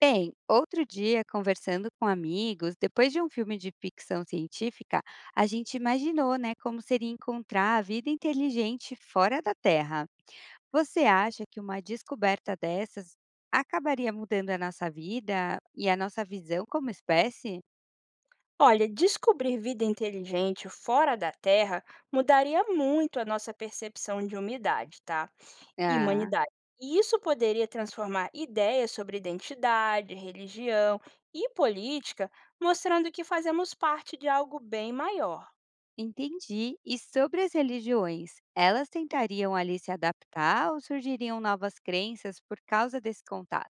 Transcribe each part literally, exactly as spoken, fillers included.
Bem, outro dia, conversando com amigos, depois de um filme de ficção científica, a gente imaginou, né, como seria encontrar a vida inteligente fora da Terra. Você acha que uma descoberta dessas acabaria mudando a nossa vida e a nossa visão como espécie? Olha, descobrir vida inteligente fora da Terra mudaria muito a nossa percepção de umidade, tá? E Ah, humanidade. E isso poderia transformar ideias sobre identidade, religião e política, mostrando que fazemos parte de algo bem maior. entendi. E sobre as religiões, elas tentariam ali se adaptar ou surgiriam novas crenças por causa desse contato?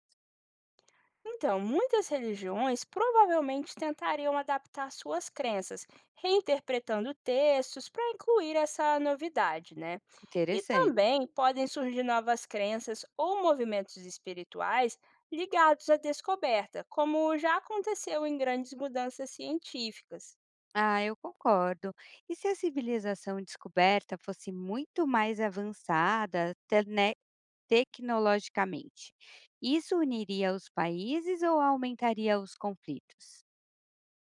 Então, muitas religiões provavelmente tentariam adaptar suas crenças, reinterpretando textos para incluir essa novidade, né? E Interessante. também podem surgir novas crenças ou movimentos espirituais ligados à descoberta, como já aconteceu em grandes mudanças científicas. Ah, eu concordo. E se a civilização descoberta fosse muito mais avançada terne- tecnologicamente, isso uniria os países ou aumentaria os conflitos?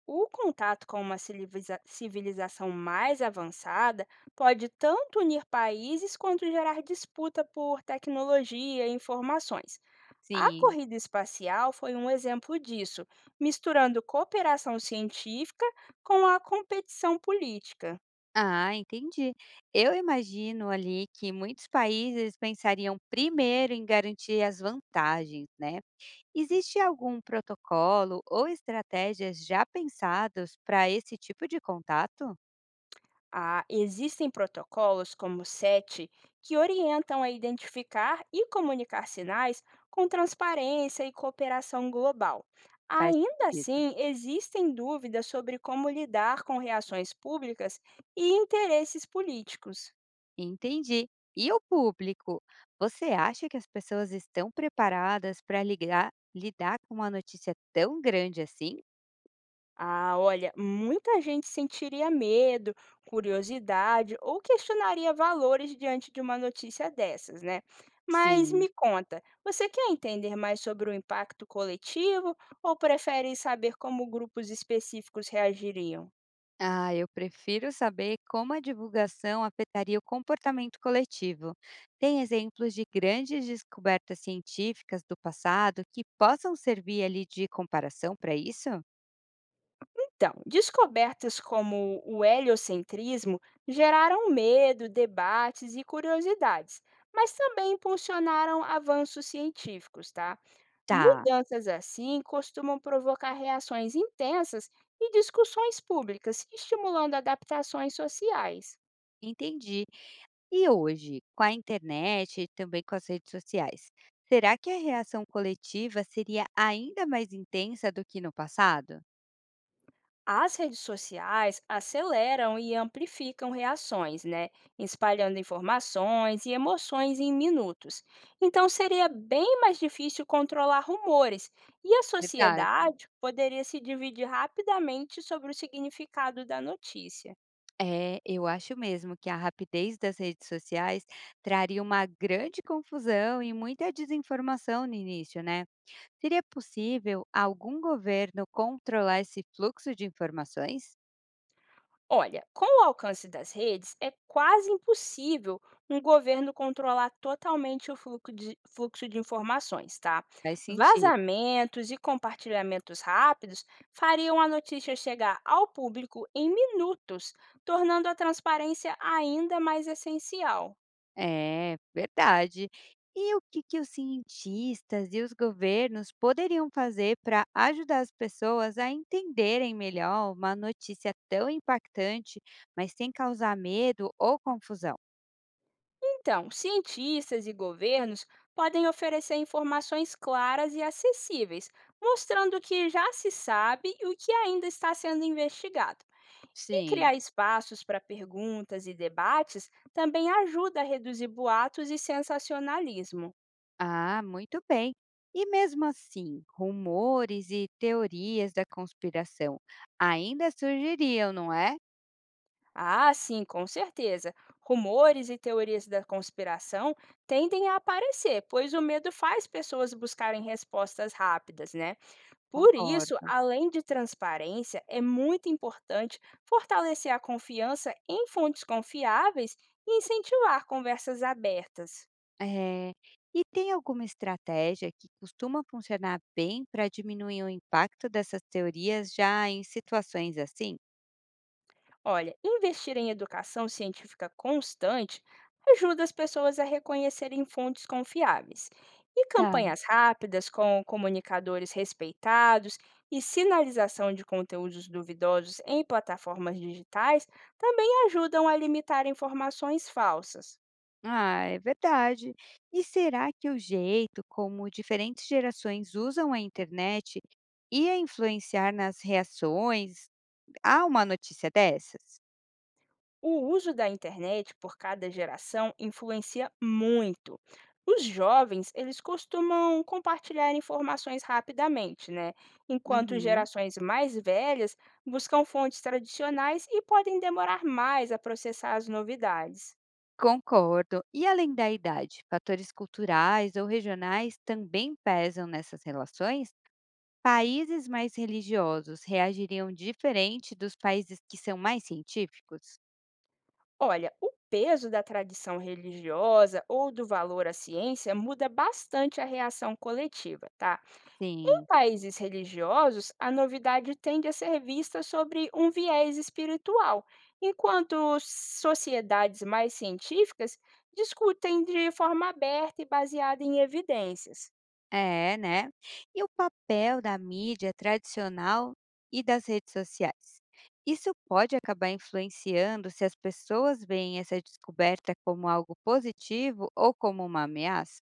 O contato com uma civiliza- civilização mais avançada pode tanto unir países quanto gerar disputa por tecnologia e informações. A Sim. corrida espacial foi um exemplo disso, misturando cooperação científica com a competição política. Ah, entendi. Eu imagino ali que muitos países pensariam primeiro em garantir as vantagens, né? Existe algum protocolo ou estratégias já pensados para esse tipo de contato? Ah, existem protocolos como o SETI que orientam a identificar e comunicar sinais com transparência e cooperação global. Faz Ainda sentido. assim, existem dúvidas sobre como lidar com reações públicas e interesses políticos. Entendi. E o público? Você acha que as pessoas estão preparadas para ligar- lidar com uma notícia tão grande assim? Ah, olha, muita gente sentiria medo, curiosidade ou questionaria valores diante de uma notícia dessas, né? Mas Sim. me conta, você quer entender mais sobre o impacto coletivo ou prefere saber como grupos específicos reagiriam? Ah, eu prefiro saber como a divulgação afetaria o comportamento coletivo. Tem exemplos de grandes descobertas científicas do passado que possam servir ali de comparação para isso? Então, descobertas como o heliocentrismo geraram medo, debates e curiosidades, mas também impulsionaram avanços científicos, tá? Tá, Mudanças assim costumam provocar reações intensas e discussões públicas, estimulando adaptações sociais. entendi. E hoje, com a internet e também com as redes sociais, será que a reação coletiva seria ainda mais intensa do que no passado? As redes sociais aceleram e amplificam reações, né? Espalhando informações e emoções em minutos. Então seria bem mais difícil controlar rumores e a Verdade. sociedade poderia se dividir rapidamente sobre o significado da notícia. É, eu acho mesmo que a rapidez das redes sociais traria uma grande confusão e muita desinformação no início, né? Seria possível algum governo controlar esse fluxo de informações? Olha, com o alcance das redes, é quase impossível um governo controlar totalmente o fluxo de, fluxo de informações, tá? Faz sentido. Vazamentos e compartilhamentos rápidos fariam a notícia chegar ao público em minutos, tornando a transparência ainda mais essencial. É, verdade. E o que que os cientistas e os governos poderiam fazer para ajudar as pessoas a entenderem melhor uma notícia tão impactante, mas sem causar medo ou confusão? Então, cientistas e governos podem oferecer informações claras e acessíveis, mostrando o que já se sabe e o que ainda está sendo investigado. E Sim. criar espaços para perguntas e debates também ajuda a reduzir boatos e sensacionalismo. Ah, muito bem. E mesmo assim, rumores e teorias da conspiração ainda surgiriam, não é? Ah, sim, com certeza. Rumores e teorias da conspiração tendem a aparecer, pois o medo faz pessoas buscarem respostas rápidas, né? Por isso, Concordo. além de transparência, é muito importante fortalecer a confiança em fontes confiáveis e incentivar conversas abertas. É. E tem alguma estratégia que costuma funcionar bem para diminuir o impacto dessas teorias já em situações assim? Olha, investir em educação científica constante ajuda as pessoas a reconhecerem fontes confiáveis. E Tá. campanhas rápidas, com comunicadores respeitados e sinalização de conteúdos duvidosos em plataformas digitais, também ajudam a limitar informações falsas. Ah, é verdade. E será que o jeito como diferentes gerações usam a internet ia influenciar nas reações a uma notícia dessas? O uso da internet por cada geração influencia muito. Os jovens, eles costumam compartilhar informações rapidamente, né? Enquanto Uhum. gerações mais velhas buscam fontes tradicionais e podem demorar mais a processar as novidades. Concordo. E além da idade, fatores culturais ou regionais também pesam nessas relações? Países mais religiosos reagiriam diferente dos países que são mais científicos? Olha, o peso da tradição religiosa ou do valor à ciência muda bastante a reação coletiva, tá? Sim, Países religiosos, a novidade tende a ser vista sobre um viés espiritual, enquanto sociedades mais científicas discutem de forma aberta e baseada em evidências. é, né? E o papel da mídia tradicional e das redes sociais? Isso pode acabar influenciando se as pessoas veem essa descoberta como algo positivo ou como uma ameaça?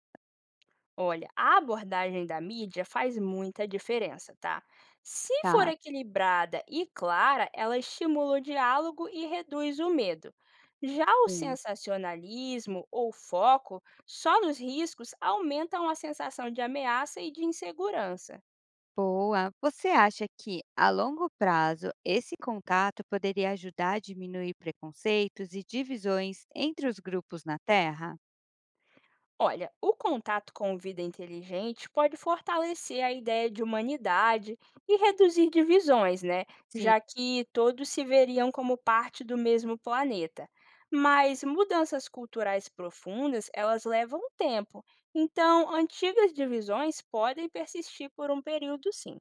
Olha, a abordagem da mídia faz muita diferença, tá? Se for Tá, equilibrada e clara, ela estimula o diálogo e reduz o medo. Já o sim. sensacionalismo ou foco só nos riscos aumentam a sensação de ameaça e de insegurança. Boa. Você acha que, a longo prazo, esse contato poderia ajudar a diminuir preconceitos e divisões entre os grupos na Terra? Olha, o contato com vida inteligente pode fortalecer a ideia de humanidade e reduzir divisões, né? Já que todos se veriam como parte do mesmo planeta. Mas mudanças culturais profundas, elas levam tempo. Então, antigas divisões podem persistir por um período, sim.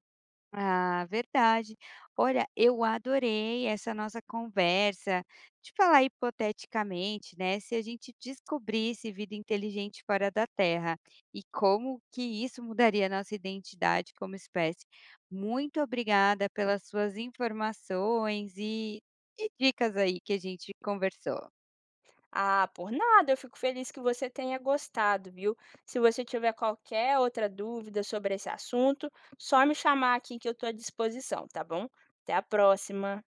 Ah, verdade. Olha, eu adorei essa nossa conversa. De falar hipoteticamente, né? Se a gente descobrisse vida inteligente fora da Terra e como que isso mudaria nossa identidade como espécie. Muito obrigada pelas suas informações e, e dicas aí que a gente conversou. Ah, por nada, eu fico feliz que você tenha gostado, viu? Se você tiver qualquer outra dúvida sobre esse assunto, só me chamar aqui que eu estou à disposição, tá bom? Até a próxima!